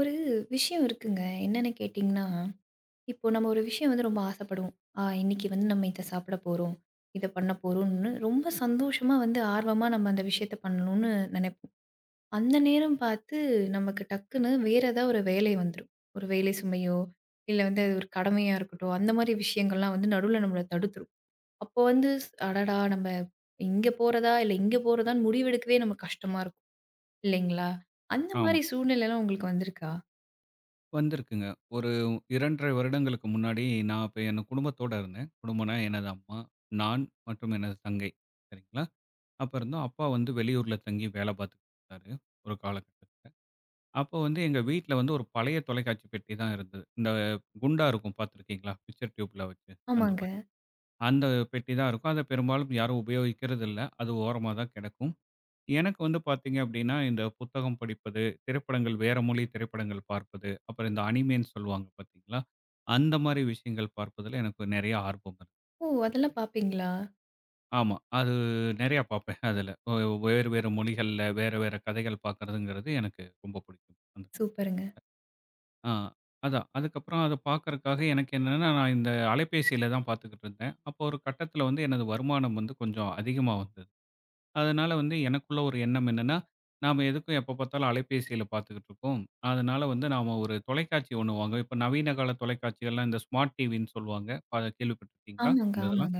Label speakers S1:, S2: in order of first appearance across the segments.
S1: ஒரு விஷயம் இருக்குங்க. என்னன்னு கேட்டீங்கன்னா, இப்போ நம்ம ஒரு விஷயம் வந்து ரொம்ப ஆசைப்படுவோம். ஆ இன்னைக்கு வந்து நம்ம இத சாப்பிட போறோம். இத பண்ண போறோம்னு ரொம்ப சந்தோஷமா வந்து ஆர்வமா நம்ம அந்த விஷயத்த பண்ணணும்னு நெனைப்போம். அந்த நேரம் பார்த்து நமக்கு டக்குன்னு வேற ஏதாவது ஒரு வேலை வந்துரும். ஒரு வேலை சுமையோ, இல்ல வந்து அது ஒரு கடமையா இருக்கட்டும். அந்த மாரி விஷயங்கள்லாம் வந்து நடுவுல நம்மள தடுத்துரும். அப்போ வந்து அடடா! நம்ம இங்க போறதா, இல்ல இங்க போறதான்னு முடிவெடுக்கவே நமக்கு கஷ்டமா இருக்கும். இல்லைங்களா? அந்த
S2: ஆமா.
S1: மாரி சூழ்நிலைலாம் உங்களுக்கு வந்திருக்கா?
S2: வந்திருக்குங்க. ஒரு 2 1/2 வருடங்களுக்கு முன்னாடி நான் அப்ப என் குடும்பத்தோட இருந்தேன். குடும்பம்னா எனது அம்மா, நான் மற்றும் எனது தங்கை. சரிங்களா? அப்ப இருந்தோம். அப்பா வந்து வெளியூர்ல தங்கி வேலை பார்த்துக்கிட்டு இருந்தாரு ஒரு காலகட்டத்தில. அப்போ வந்து எங்க வீட்ல வந்து ஒரு பழைய தொலைக்காட்சி பெட்டி தான் இருந்தது. இந்த குண்டா இருக்கும் பார்த்துருக்கீங்களா? பிக்சர் டியூப்ல வச்சு அந்த
S1: ஆமாங்க.
S2: மாரி. அந்த பெட்டி தான் இருக்கும். அத பெரும்பாலும் யாரும் உபயோகிக்கிறது இல்ல. அது ஓரமா தான் கிடக்கும். எனக்கு வந்து பார்த்தீங்க அப்படின்னா, இந்த புத்தகம் படிப்பது, திரைப்படங்கள் வேற மொழி திரைப்படங்கள் பார்ப்பது, அப்புறம் இந்த அனிமேன்னு சொல்லுவாங்க பார்த்தீங்களா? அந்த மாரி விஷயங்கள் பார்ப்பதில எனக்கு நெறைய ஆர்வம் இருக்கு.
S1: ஓ!
S2: அப்ப.
S1: அதெல்லாம் பார்ப்பீங்களா?
S2: ஆமா. அது நெறையா பார்ப்பேன் அதுல. வேறு வேறு மொழிகள்ல வேற வேற கதைகள் பார்க்கறதுங்கிறது எனக்கு ரொம்ப பிடிக்கும். அந்த
S1: சூப்பருங்க.
S2: ஆ அதான். அதுக்கப்புறம் அத பார்க்கறக்காக எனக்கு என்னன்னா, நான் இந்த அலைபேசியில தான் பார்த்துக்கிட்டு இருந்தேன். அப்போ ஒரு கட்டத்தில வந்து எனது வருமானம் வந்து கொஞ்சம் அதிகமா வந்தது. அதனால வந்து எனக்குள்ள ஒரு எண்ணம் என்னன்னா, நாம எதுக்கும் எப்ப பார்த்தாலும் அலைபேசியில பார்த்துக்கிட்டு இருக்கோம். அதனால வந்து நாம ஒரு தொலைக்காட்சி ஒண்ணு வாங்குவோம். இப்ப நவீன கால தொலைக்காட்சிகள்லாம் இந்த ஸ்மார்ட் டிவின்னு சொல்லுவாங்க. அத கேள்விப்பட்டிருக்கீங்களா?
S1: ஆமாங்க,
S2: இந்த இதெல்லாம்.
S1: ஆமாங்க.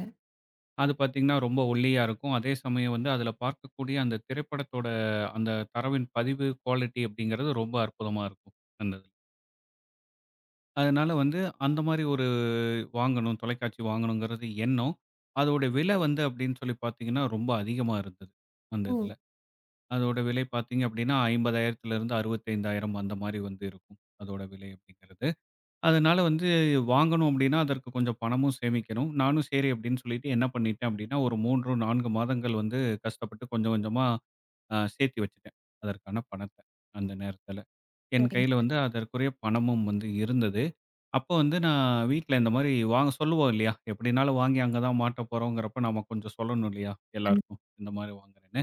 S2: அது பார்த்தீங்கன்னா ரொம்ப ஒல்லியா இருக்கும். அதே சமயம் வந்து அதில பார்க்கக்கூடிய அந்த திரைப்படத்தோட அந்த தரவின் பதிவு குவாலிட்டி அப்படிங்கிறது ரொம்ப அற்புதமா இருக்கும் அந்த இதில. அதனால வந்து அந்த மாரி ஒரு வாங்கணும், தொலைக்காட்சி வாங்கணுங்கிறது எண்ணம். அதோட விலை வந்து அப்படின்னு சொல்லி பார்த்தீங்கன்னா, ரொம்ப அதிகமா இருந்தது அந்த
S1: ஓ!
S2: இதுல. அதோட விலை பார்த்தீங்க அப்படின்னா, 50,000த்திலிருந்து 65,000 அந்த மாரி வந்து இருக்கும். அதோட விலை அப்படிங்கிறது. அதனால வந்து வாங்கணும் அப்படின்னா, அதற்கு கொஞ்சம் பணமும் சேமிக்கணும். நானும் சரி அப்படின்னு சொல்லிட்டு என்ன பண்ணிட்டேன் அப்படின்னா, ஒரு 3, 4 மாதங்கள் வந்து கஷ்டப்பட்டு கொஞ்சம் கொஞ்சமா சேர்த்தி வச்சுட்டேன் அதற்கான பணத்த அந்த நேரத்தில. என் கையில
S1: சரிங்க.
S2: வந்து அதற்குரிய பணமும் வந்து இருந்தது. அப்போ வந்து நான் வீட்ல இந்த மாரி வாங்க சொல்லுவோம் இல்லையா? எப்படினாலும் வாங்கி அங்க தான் மாட்ட போறோங்கிறப்ப, நாம கொஞ்சம் சொல்லணும் இல்லையா?
S1: கண்
S2: எல்லாருக்கும் இந்த மாரி வாங்குறேன்னு.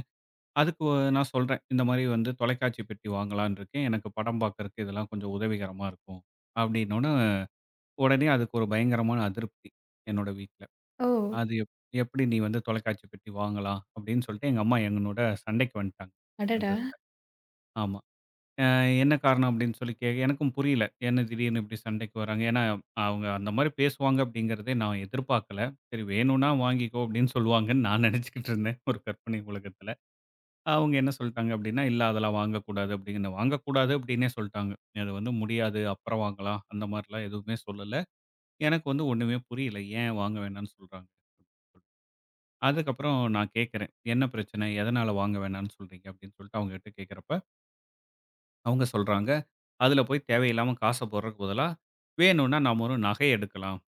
S2: அதுக்கு நான் சொல்றேன். இந்த மாரி வந்து தொலைக்காட்சி பெட்டி வாங்கலான்னு இருக்கேன். எனக்கு படம் பார்க்கறக்கு இதெல்லாம் கொஞ்சம் உதவிகரமா இருக்கும். அப்படின்னோன, உடனே அதுக்கு ஒரு பயங்கரமான அதிருப்தி என்னோட வீட்ல.
S1: ஓ!
S2: அது எப் எப்படி நீ வந்து தொலைக்காட்சி பெட்டி வாங்கலாம் அப்படின்னு சொல்லிட்டு எங்க அம்மா என்னோட சண்டைக்கு வந்துட்டாங்க அந்த
S1: அடடா!
S2: இதுல. ஆமா. அ என்ன காரணம் அப்படின்னு சொல்லி எனக்கும் புரியல. என்ன திடீர்னு இப்படி சண்டைக்கு வராங்க. ஏன்னா அவங்க அந்த மாரி பேசுவாங்க அப்படிங்கிறதே நான் எதிர்பார்க்கல. சரி வேணும்னா வாங்கிக்கோ அப்படின்னு சொல்லுவாங்கன்னு நான் நினைச்சுக்கிட்டு இருந்தேன் ஒரு கற்பனை உலகத்துல. அவங்க என்ன சொல்ட்டாங்க அப்படின்னா, "இல்ல அதெல்லாம் வாங்கக்கூடாது" அப்படின்னு வாங்கக்கூடாது அப்படின்னே சொல்ட்டாங்க. அது வந்து முடியாது, அப்புறம் வாங்கலாம் அந்த மாரிலாம் எதுவுமே சொல்லல. எனக்கு வந்து ஒண்ணுமே புரியல. ஏன் வாங்க வேணாம்னு சொல்றாங்க? அதுக்கப்புறம் நான் கேட்கிறேன். "என்ன பிரச்சனை? எதனால வாங்க வேணாம்னு சொல்றீங்க?" அப்படின்னு சொல்லிட்டு அவங்ககிட்ட கேட்கிறப்ப, அவங்க சொல்றாங்க, "அதுல போய் தேவையில்லாம காச போடுறதுக்கு பதிலா, வேணும்னா நாம ஒரு நகை எடுக்கலாம்"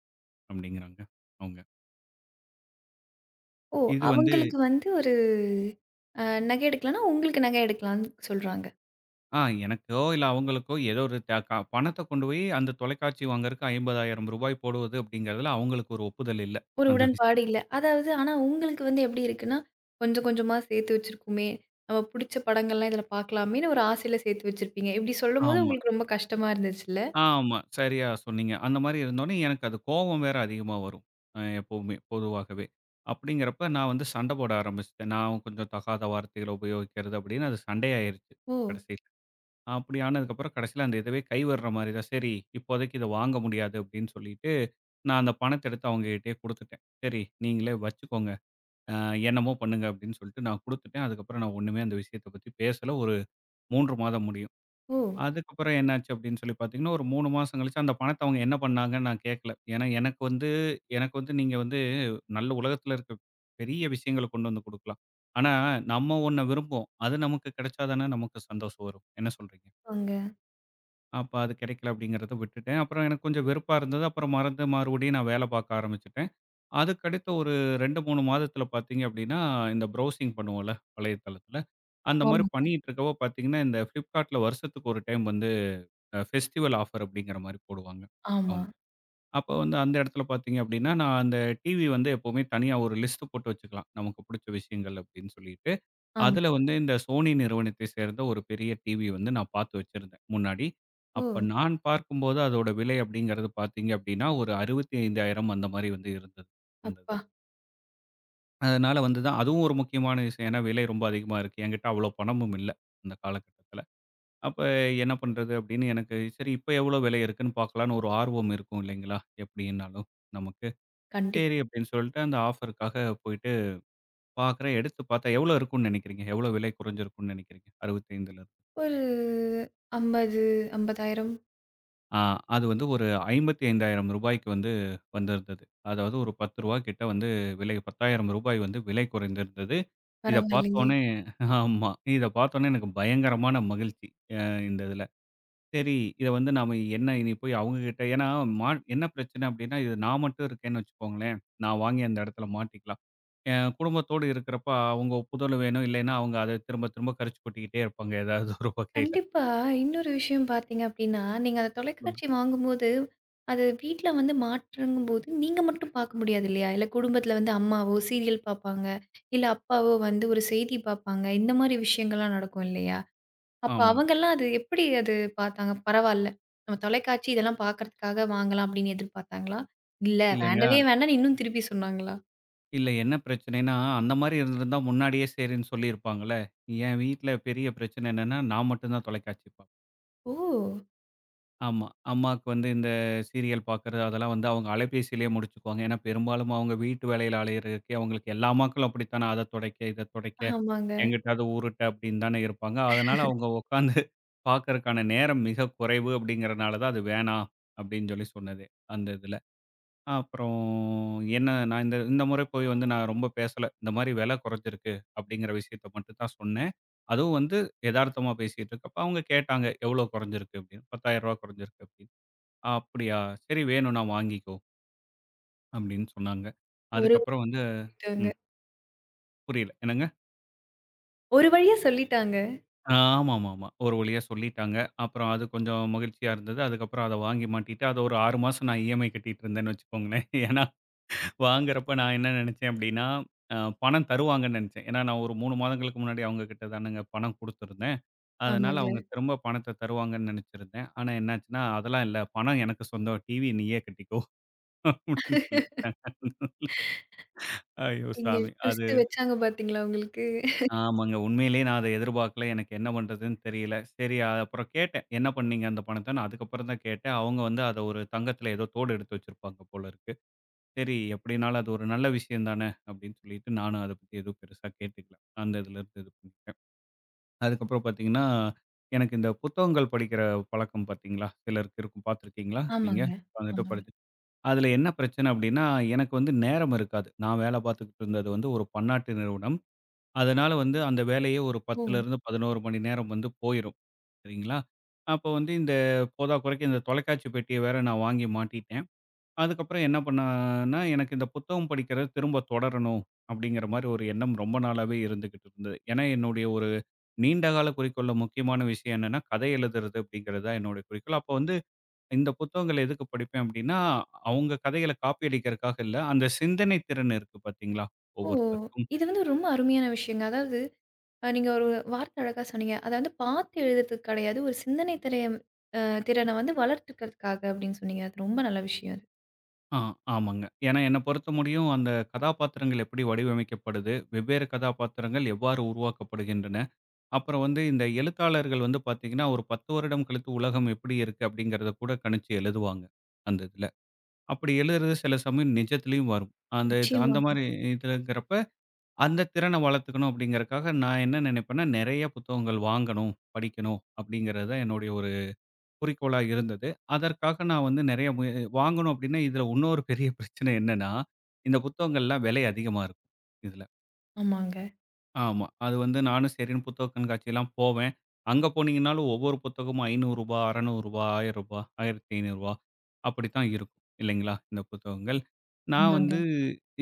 S2: அப்படிங்கிறாங்க அவங்க.
S1: ஓ!
S2: இது வந்து
S1: அவங்களுக்கு வந்து ஒரு அ நகை எடுக்கலன்னா, உங்களுக்கு நகை எடுக்கலான்னு சொல்றாங்க.
S2: எனக்கோ இல்ல அவங்களுக்கோ ஏதோ ஒரு த க பணத்த கொண்டு போய் அந்த தொலைக்காட்சி வாங்குறதுக்கு ரூ. 50,000 போடுவது அப்படிங்கிறதுல அவங்களுக்கு ஒரு ஒப்புதல் இல்ல
S1: ஒரு
S2: அந்த
S1: உடன்பாடு
S2: விஷயத்துல.
S1: இல்ல. அதாவது ஆனா உங்களுக்கு வந்து எப்படி இருக்குன்னா, கொஞ்சம் கொஞ்சமா சேர்த்து வச்சிருக்கோமே, நம்ம புடிச்ச படங்கள்லாம் இதில பார்க்கலாமேன்னு ஒரு ஆசையில சேர்த்து வச்சிருப்பீங்க. இப்படி சொல்லும்போது
S2: ஆமா,
S1: உங்களுக்கு ரொம்ப கஷ்டமா இருந்துச்சுல்ல?
S2: ஆமா. சரியா சொன்னீங்க. அந்த மாரி இருந்தோனே எனக்கு அது கோவம் வேற அதிகமா வரும். எப்பவுமே பொதுவாகவே. அப்படிங்கிறப்ப நான் வந்து சண்ட போட ஆரம்பிச்சுட்டேன். நான் கொஞ்சம் தகாத வார்த்தைகள உபயோகிக்கிறது அப்படின்னு அது சண்டையாயிருச்சு
S1: ஓ!
S2: கடைசியில. அப்படி ஆனதுக்கப்புறம் கடைசியில அந்த இதுவே கைவிடுற மாரி தான். சரி இப்போதைக்கு இத வாங்க முடியாது அப்படின்னு சொல்லிட்டு, நான் அந்த பணத்த எடுத்து அவங்க கிட்டயே குடுத்துட்டேன். சரி நீங்களே வச்சுக்கோங்க. அ என்னமோ பண்ணுங்க அப்படின்னு சொல்லிட்டு நான் குடுத்துட்டேன். அதுக்கப்புறம் நான் ஒண்ணுமே அந்த விஷயத்த பத்தி பேசல. ஒரு 3 மாதம் முடியும்.
S1: ஓ!
S2: அதுக்கப்புறம் என்னாச்சு அப்படின்னு சொல்லி பார்த்தீங்கன்னா, ஒரு 3 மாசம் கழிச்சு அந்த பணத்த அவங்க என்ன பண்ணாங்கன்னு நான் கேட்கல. ஏன்னா எனக்கு வந்து நீங்க வந்து நல்ல உலகத்துல இருக்க பெரிய விஷயங்கள கொண்டு வந்து குடுக்கலாம். ஆனா நம்ம ஒண்ண விரும்புவோம். அது நமக்கு கிடைச்சா தானே நமக்கு சந்தோஷம் வரும். என்ன சொல்றீங்க?
S1: அங்க.
S2: அப்ப அது கிடைக்கல அப்படிங்கிறத விட்டுட்டேன். அப்புறம் எனக்கு கொஞ்சம் வெறுப்பா இருந்தது. அப்புறம் மறந்து மறுபடியும் நான் வேலை பார்க்க ஆரம்பிச்சுட்டேன். அதுக்கடுத்த ஒரு 2, 3 மாதத்தில பார்த்தீங்க அப்படின்னா, இந்த ப்ரௌசிங் பண்ணுவோம்ல வலைத்தளத்தில. அந்த மாரி
S1: ஆமா,
S2: பண்ணிட்டு இருக்கப்போ பார்த்தீங்கன்னா, இந்த Flipkartல வருஷத்துக்கு ஒரு டைம் வந்து ஃபெஸ்டிவல் ஆஃபர் அப்படிங்கிற மாரி போடுவாங்க
S1: ஆமா,
S2: அவங்க. அப்போ வந்து அந்த இடத்துல பார்த்தீங்க அப்படின்னா, நான் அந்த டிவி வந்து எப்பவுமே தனியா ஒரு லிஸ்ட் போட்டு வச்சுக்கலாம். நமக்கு பிடிச்ச விஷயங்கள் அப்படின்னு சொல்லிட்டு.
S1: ஆமா.
S2: அதில வந்து இந்த Sony நிறுவனத்தை சேர்ந்த ஒரு பெரிய டிவி வந்து நான் பார்த்து வச்சிருந்தேன் முன்னாடி. அப்ப
S1: ஓ!
S2: நான் பார்க்கும்போது அதோட விலை அப்படிங்கிறது பார்த்தீங்க அப்படின்னா, ஒரு 65,000 அந்த மாரி வந்து இருந்தது. அந்த
S1: அப்பா!
S2: அதனால வந்து தான் அதுவும் ஒரு முக்கியமான விஷயம். ஏன்னா விலை ரொம்ப அதிகமா இருக்கு. என்கிட்ட அவ்வளோ பணமும் இல்ல அந்த காலகட்டத்தில. அப்ப என்ன பண்றது அப்படின்னு எனக்கு சரி இப்ப எவ்வளோ விலை இருக்குன்னு பார்க்கலான்னு ஒரு ஆர்வம் இருக்கும் இல்லைங்களா? எப்படின்னாலும் நமக்கு. சரி
S1: கண்டிப்பா.
S2: அப்படின்னு சொல்லிட்டு அந்த ஆஃபருக்காக போயிட்டு பார்க்குறேன். எடுத்து பார்த்தா எவ்வளோ இருக்கும்ன்னு நினைக்கிறீங்க? எவ்வளோ விலை குறைஞ்சிருக்கும்ன்னு நினைக்கிறீங்க? 65ல.
S1: ஒரு 50, 50,000
S2: ஆ அது வந்து ஒரு ரூ. 55,000 வந்து வந்திருந்தது. அதாவது ஒரு ரூ. 10 கிட்ட வந்து விலை ரூ. 10,000 வந்து விலை குறைந்திருந்தது. இத
S1: பரவாயில்லைங்க.
S2: பார்த்தோனே. ஆமா. இத பார்த்தோனே எனக்கு பயங்கரமான மகிழ்ச்சி. அ இந்த இதுல. சரி இத வந்து நாம என்ன இனி போய் அவங்க கிட்ட ஏன்னா மா என்ன பிரச்சனை அப்டின்னா, இது நான் மட்டும் இருக்கேன்னு வச்சுக்கோங்களேன், நான் வாங்கி அந்த இடத்துல மாட்டிக்கலாம். என் குடும்பத்தோடு இருக்கிறப்ப அவங்க ஒப்புதல் வேணும். இல்லைன்னா அவங்க அத திரும்ப திரும்ப கரிச்சு கொட்டிக்கிட்டே இருப்பாங்க ஏதாவது ஒரு வகையில.
S1: கண்டிப்பா. இன்னொரு விஷயம் பார்த்தீங்க அப்படின்னா, நீங்க அந்த
S2: சொல்லு.
S1: தொலைக்காட்சி வாங்கும்போது, அது வீட்ல வந்து மாற்றங்கும்போது நீங்க மட்டும் பார்க்க முடியாது இல்லையா? இல்ல குடும்பத்தில வந்து அம்மாவோ சீரியல் பார்ப்பாங்க. இல்ல அப்பாவோ வந்து ஒரு செய்தி பார்ப்பாங்க. இந்த மாரி விஷயங்கள்லாம் நடக்கும் இல்லையா? அப்ப
S2: ஆமாங்க.
S1: அவங்கலாம் அது எப்படி பார்த்தாங்க? பரவால்ல. நம்ம தொலைக்காட்சி இதெல்லாம் பார்க்கறதுக்காக வாங்கலாம் அப்படின்னு எதிர்பார்த்தாங்களா? இல்ல
S2: இல்லங்க.
S1: வேண்டவே வேண்டான்னு இன்னும் திருப்பி சொன்னாங்களா?
S2: இல்ல என்ன பிரச்சனைன்னா, அந்த மாரி இருந்திருந்தா முன்னாடியே சரின்னு சொல்லியிருப்பாங்கல்ல. என் வீட்ல பெரிய பிரச்சனை என்னன்னா, நான் மட்டும் தான் தொலைக்காட்சி பார்ப்பேன்.
S1: ஓ!
S2: ஆமா. அம்மாக்கு வந்து இந்த சீரியல் பார்க்கிறது அதெல்லாம் வந்து அவங்க அலைபேசியிலேயே முடிச்சுக்குவாங்க. ஏன்னா, பெரும்பாலும் அவங்க வீட்டு வேலையில அலையிறதுக்கே அவங்களுக்கு எல்லா அம்மாக்களும் அப்படித்தானே அத தொடைக்க, இத தொடைக்க,
S1: ஆமாங்க.
S2: எங்கிட்டாவது உருட்டு அப்படின்னு தானே இருப்பாங்க. அதனால அவங்க உட்காந்து பார்க்கறக்கான நேரம் மிக குறைவு அப்படிங்கிறனால தான் அது வேணாம் அப்படின்னு சொல்லி சொன்னதே அந்த இதில. அப்புறம் என்ன நான் இந்த இந்த முறை போய் வந்து நான் ரொம்ப பேசல. இந்த மாரி விலை குறைஞ்சிருக்கு அப்படிங்கிற விஷயத்த மட்டும் தான் சொன்னேன். அதுவும் வந்து எதார்த்தமா பேசிட்டு இருக்கப்ப அவங்க கேட்டாங்க, "எவ்வளோ குறைஞ்சிருக்கு?" அப்படின்னு. "ரூ. 10,000 குறைஞ்சிருக்கு." அப்படியா! சரி வேணும்னா வாங்கிக்கோ அப்படின்னு சொன்னாங்க.
S1: ஒரு வழி
S2: அதுக்கப்புறம் வந்து
S1: சொல்லிட்டாங்க.
S2: ம். புரியல. என்னங்க?
S1: ஒரு வழியா சொல்லிட்டாங்க.
S2: ஆமாமாமா. ஒரு வழியா சொல்லிட்டாங்க. அப்புறம் அது கொஞ்சம் மகிழ்ச்சியா இருந்தது. அதுக்கப்புறம் அத வாங்கி மாட்டிட்டு, அத ஒரு 6 மாசம் நான் இஎம்ஐ கட்டிட்டு இருந்தேன்னு வச்சுக்கோங்களேன். ஏன்னா வாங்குறப்ப நான் என்ன நெனச்சேன் அப்படின்னா, அ பணம் தருவாங்கன்னு நெனச்சேன். ஏன்னா நான் ஒரு 3 மாதங்களுக்கு முன்னாடி அவங்க கிட்ட தானங்க பணம் குடுத்துருந்தேன். அதனால
S1: ஆமாங்க.
S2: அவங்க திரும்ப பணத்த தருவாங்கன்னு நெனச்சிருந்தேன். ஆனா என்னாச்சுன்னா, அதெல்லாம் இல்ல. பணம் எனக்கு சொந்தம். டிவி நீயே கட்டிக்கோ அப்படின்னு சொல்லிட்டாங்க. ஐயோ
S1: இங்க
S2: சாமி! அது.
S1: ட்விஸ்ட் வச்சாங்க பாத்தீங்களா உங்களுக்கு?
S2: ஆமாங்க. உண்மையிலேயே நான் அத எதிர்பார்க்கல. எனக்கு என்ன பண்றதுன்னு தெரியல. சரி அப்புறம் கேட்டேன். என்ன பண்ணீங்க அந்த பணத்தன்னு? அதுக்கப்புறம் தான் கேட்டேன். அவங்க வந்து அத ஒரு தங்கத்தில ஏதோ தோடு எடுத்து வச்சிருப்பாங்க போல இருக்கு. சரி எப்படினாலும் அது ஒரு நல்ல விஷயம் தானே அப்படின்னு சொல்லிட்டு நானும் அத பத்தி எதுவும் பெருசா கேட்டுக்கல. அந்த இதுலருந்து இது பண்ணிட்டேன். அதுக்கப்புறம் பார்த்தீங்கன்னா, எனக்கு இந்த புத்தகங்கள் படிக்கிற பழக்கம் பார்த்தீங்களா? சிலருக்கு இருக்கும் பார்த்துருக்கீங்களா நீங்க?
S1: ஆமாங்க,
S2: உட்காந்துட்டு
S1: ஆமாங்க.
S2: படிச்சு. அதில என்ன பிரச்சனை அப்படின்னா, எனக்கு வந்து நேரம் இருக்காது. நான் வேலை பார்த்துக்கிட்டு இருந்தது வந்து ஒரு பன்னாட்டு நிறுவனம். அதனால வந்து அந்த வேலையே ஒரு
S1: ஓ!
S2: 10லேருந்து 11 மணி நேரம் வந்து போயிரும். சரிங்களா? அப்போ வந்து இந்த போதாக்குறைக்கு இந்த தொலைக்காட்சி பெட்டிய வேற நான் வாங்கி மாட்டிட்டேன். அதுக்கப்புறம் என்ன பண்ணேன்னா, எனக்கு இந்த புத்தகம் படிக்கிறத திரும்ப தொடரணும் அப்படிங்கிற மாரி ஒரு எண்ணம் ரொம்ப நாளாவே இருந்துகிட்டு இருந்தது. ஏன்னா, என்னுடைய ஒரு நீண்ட கால குறிக்கோள்ல முக்கியமான விஷயம் என்னன்னா, கதை எழுதுறது அப்படிங்கிறது தான் என்னுடைய குறிக்கோள். அப்போ வந்து இந்த புத்தகங்கள எதுக்கு படிப்பேன் அப்படின்னா, அவங்க கதைகள காப்பி அடிக்கிறதுக்காக இல்ல, அந்த சிந்தனை திறன் இருக்கு பார்த்தீங்களா?
S1: ஓ!
S2: ஒவ்வொருத்தருக்கும்.
S1: இது வந்து ரொம்ப அருமையான விஷயங்க. அதாவது நீங்க ஒரு வார்த்தை அழகா சொன்னீங்க. அதாவது பாத்து எழுதுறதுக்கு கிடையாது. ஒரு சிந்தனை திரையம் அ திறன வந்து வளர்த்துக்கிறதுக்காக அப்படின்னு சொன்னீங்க. அது ரொம்ப நல்ல விஷயம் அது.
S2: ஆ, ஆமாங்க. ஏன்னா என்ன பொறுத்த முடியும் அந்த கதாபாத்திரங்கள் எப்படி வடிவமைக்கப்படுது, வெவ்வேறு கதாபாத்திரங்கள் எவ்வாறு உருவாக்கப்படுகின்றன, அப்புறம் வந்து இந்த எழுத்தாளர்கள் வந்து பார்த்தீங்கன்னா, ஒரு 10 வருடம் கழித்து உலகம் எப்படி இருக்கு அப்படிங்கிறத கூட கணிச்சு எழுதுவாங்க அந்த இதுல. அப்படி எழுதுறது சில சமயம் நிஜத்திலயும் வரும். அந்த இது அந்த
S1: நிச்சயமாங்க.
S2: மாரி இதுலங்கிறப்ப, அந்த திறனை வளர்த்துக்கணும் அப்படிங்கிறக்காக நான் என்ன நினைப்பேன்னா, நெறைய புத்தகங்கள் வாங்கணும், படிக்கணும் அப்படிங்கிறது தான் என்னுடைய ஒரு குறிக்கோளா இருந்தது. அதற்காக நான் வந்து நெறைய வாங்கணும் அப்டின்னா, இதுல இன்னொரு பெரிய பிரச்சனை என்னன்னா, இந்த புத்தகங்கள்லாம் விலை அதிகமா இருக்கும் இதுல.
S1: ஆமாங்க,
S2: ஆமா. அது வந்து நானும் சரின்னு புத்தக கண்காட்சிலாம் போவேன். அங்க போனீங்கன்னாலும் ஒவ்வொரு புத்தகமும் ரூ. 500 ரூ. 600 ரூ. 1000 ரூ. 1500 அப்படித்தான் இருக்கும் இல்லைங்களா? இந்த புத்தகங்கள். நான்
S1: ஆமாங்க.
S2: வந்து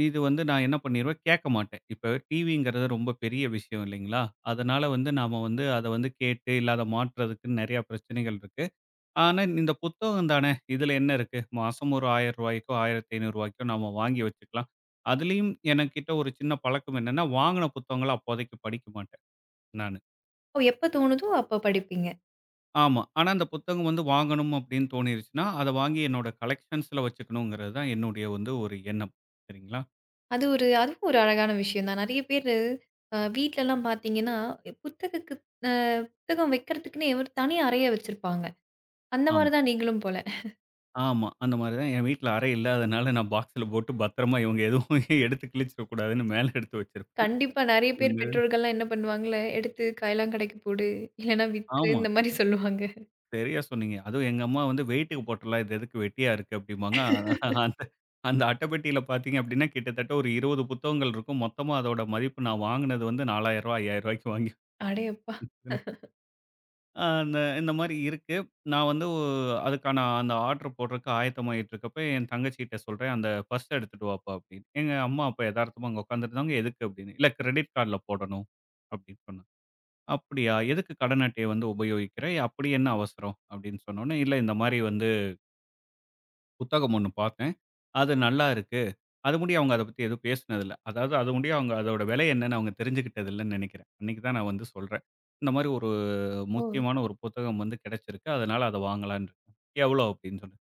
S2: இது வந்து நான் என்ன பண்ணிருவேன், கேட்க மாட்டேன். இப்ப டிவிங்கிறது ரொம்ப பெரிய விஷயம் இல்லைங்களா? அதனால வந்து நாம வந்து அத வந்து கேட்டு இல்ல அத மாற்றுறதுக்குன்னு நெறைய பிரச்சனைகள் இருக்கு. ஆனா, இந்த புத்தகம் தானே, இதுல என்ன இருக்கு? மாசம் ஒரு ரூ. 1000க்கோ, ரூ. 1500க்கோ நாம வாங்கி வச்சுக்கலாம். அதுலயும் எனக்கிட்ட ஒரு சின்ன பழக்கம் என்னன்னா, வாங்குன புத்தகங்கள அப்போதைக்கு படிக்க மாட்டேன் நானு.
S1: ஓ எப்ப தோணுதோ அப்ப படிப்பீங்க.
S2: ஆமா. ஆனா, அந்த புத்தகம் வந்து வாங்கணும் அப்படின்னு தோணிருச்சுன்னா, அத வாங்கி என்னோட கலெக்ஷன்ஸ்ல வச்சுக்கணுங்கிறது தான் என்னுடைய வந்து ஒரு எண்ணம். சரிங்களா?
S1: அது ஒரு அதுவும் ஒரு அழகான விஷயம் தான். நெறைய பேரு வீட்லலாம் பாத்தீங்கன்னா, புத்தகக்கு அ புத்தகம் வைக்கிறதுக்குன்னே ஒரு தனி அறைய வச்சிருப்பாங்க. அந்த மாரி
S2: ஆமா.
S1: தான் நீங்களும் போல.
S2: ஆமா. அந்த மாரி தான் என் வீட்ல அறை இல்லாதனால நான் பாக்ஸ்ல போட்டு பத்திரமா இவங்க எதுவும் எடுத்து கிழிச்சிடக்கூடாதுன்னு மேல எடுத்து வச்சிருப்பேன்.
S1: கண்டிப்பா. நெறைய பேர்
S2: இந்த
S1: பெற்றோர்கள்லாம் என்ன பண்ணுவாங்கல்ல, எடுத்து காயலாங்கடைக்கு போடு, இல்லன்னா வித்துரு
S2: ஆமா.
S1: இந்த மாரி சொல்லுவாங்க.
S2: சரியா சொன்னீங்க. அதுவும் எங்க அம்மா வந்து வெயிட்டுக்கு போட்டுறலாம். இது எதுக்கு வெட்டியா இருக்கு அப்டிம்பாங்க. அந்த அந்த அட்டப்பெட்டியில பார்த்தீங்க அப்டின்னா, கிட்டத்தட்ட ஒரு 20 புத்தகங்கள் இருக்கும். மொத்தமா அதோட மதிப்பு நான் வாங்குனது வந்து ரூ. 4000 ரூ. 5000க்கு வாங்கி
S1: அடேயப்பா!
S2: அந்த இந்த மாரி இருக்கு. நான் வந்து அதுக்கான அந்த ஆர்டர் போடுறதுக்கு ஆயத்தமாயிட்டுருக்கப்ப, என் தங்கச்சிட்ட சொல்றேன், "அந்த பர்ஸ் எடுத்துட்டு வாப்பா" அப்டின்னு. எங்க அம்மா அப்ப எதார்த்தமா அங்க உட்காந்துருந்தாங்க. "எதுக்கு?" அப்டின்னு. "இல்ல கிரெடிட் கார்ட்ல போடணும்" அப்டின்னு சொன்னேன். "அப்படியா? எதுக்கு கடன் அட்டைய வந்து உபயோகிக்கிற? அப்படி என்ன அவசரம்?" அப்டின்னு சொன்னோனே, "இல்ல இந்த மாரி வந்து" புத்தகம் ஒண்ணு பார்த்தேன். அது நல்லா இருக்கு. அது முடிய அவங்க அத பத்தி எதுவும் பேசினதில்ல. அதாவது அது முடிய அவங்க அதோட விலை என்னன்னு அவங்க தெரிஞ்சுக்கிட்டது இல்லன்னு நெனைக்கிறேன். அன்னைக்கு தான் நான் வந்து சொல்றேன். இந்த மாரி ஒரு
S1: ஓ!
S2: முக்கியமான ஒரு புத்தகம் வந்து கிடைச்சிருக்கு. அதனால அத வாங்கலான்னு இருக்கேன். எவ்வளோ அப்டின்னு சொல்லி.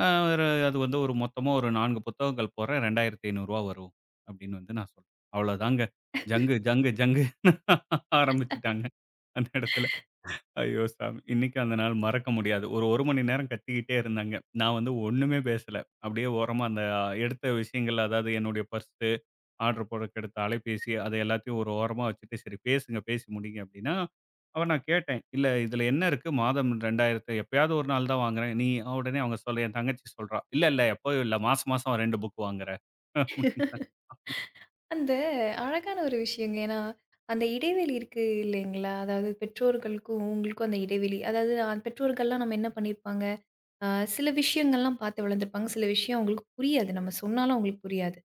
S2: ஆ ஒரு அது வந்து ஒரு மொத்தமா ஒரு 4 புத்தகங்கள் போடுறேன். ரூ. 2,500 வரும் அப்டின்னு வந்து நான் சொல்றேன். அவ்வளோதாங்க. ஜங்கு, ஜங்கு, ஜங்கு ஆரம்பிச்சுட்டாங்க அந்த இடத்துல. ஐயோ சாமி! இன்னைக்கும் அந்த நாள் மறக்க முடியாது. ஒரு 1 மணி நேரம் கத்திக்கிட்டே இருந்தாங்க. நான் வந்து ஒண்ணுமே பேசல. அப்படியே ஓரமா அந்த எடுத்த விஷயங்கள், அதாவது என்னுடைய பர்ஸு, ஆர்டர் போடுறதுக்கு எடுத்த அலைபேசி, அதை எல்லாத்தையும் ஒரு ஓரமா வச்சுட்டு, "சரி பேசுங்க, பேசி முடிங்க" அப்படின்னா, அவ நான் கேட்டேன், "இல்ல இதில என்ன இருக்கு? மாதம் 2000 எப்பயாவது ஒரு நாள் தான் வாங்குறேன்." நீ உடனே அவங்க சொல்ல என் தங்கச்சி சொல்றா, "இல்ல, இல்ல எப்பயும் இல்ல. மாசம் மாசம் 2 புக் வாங்குறேன்." அப்படின்னா,
S1: அந்த அழகான ஒரு விஷயங்க. ஏன்னா, அந்த இடைவெளி இருக்கு இல்லைங்களா? அதாவது பெற்றோர்களுக்கும், உங்களுக்கும் அந்த இடைவெளி. அதாவது பெற்றோர்கள்லாம் நம்ம என்ன பண்ணியிருப்பாங்க, அ சில விஷயங்கள்லாம் பார்த்து வளர்ந்துருப்பாங்க. சில விஷயம் அவங்களுக்கு புரியாது. நம்ம சொன்னாலும் அவங்களுக்கு புரியாது.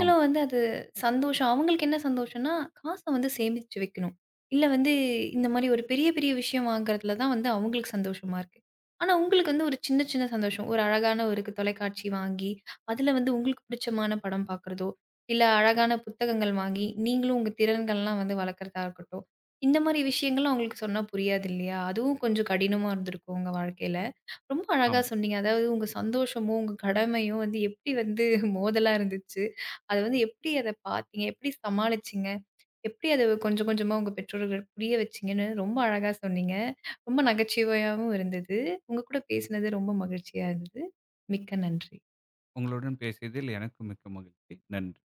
S2: "ஆமா,
S1: வந்து அது சந்தோஷம். அவங்களுக்கு என்ன சந்தோஷம்னா, காச வந்து சேமிச்சு வைக்கணும். இல்ல வந்து இந்த மாரி ஒரு பெரிய, பெரிய விஷயம் வாங்குறதுல தான் வந்து அவங்களுக்கு சந்தோஷமா இருக்கு. ஆனா உங்களுக்கு வந்து ஒரு சின்ன, சின்ன சந்தோஷம். ஒரு அழகான ஒரு தொலைக்காட்சி வாங்கி, அதுல வந்து உங்களுக்கு பிடிச்சமான படம் பார்க்குறதோ, இல்ல அழகான புத்தகங்கள் வாங்கி, நீங்களும் உங்க திறன்கள்லாம் வந்து வளர்க்குறதா இருக்கட்டும். இந்த மாரி விஷயங்கள்லாம் அவங்களுக்கு சொன்னா புரியாது இல்லையா? அதுவும் கொஞ்சம் கடினமா இருந்திருக்கும் உங்க வாழ்க்கையில. ரொம்ப அழகா
S2: ஆமா.
S1: சொன்னீங்க. அதாவது உங்க சந்தோஷமும், உங்க கடமையும் வந்து எப்படி வந்து மோதலா இருந்துச்சு? அத வந்து எப்படி அத பார்த்தீங்க? எப்படி சமாளிச்சீங்க? எப்படி அத கொஞ்சம் கொஞ்சமா உங்க பெற்றோர்களுக்கு புரிய வச்சீங்கன்னு ரொம்ப அழகா சொன்னீங்க. ரொம்ப நகைச்சுவையாவும் இருந்தது. உங்க கூட பேசினது ரொம்ப மகிழ்ச்சியா இருந்தது. மிக்க நன்றி.
S2: உங்களுடன் பேசியதில் எனக்கு மிக்க மகிழ்ச்சி. நன்றி."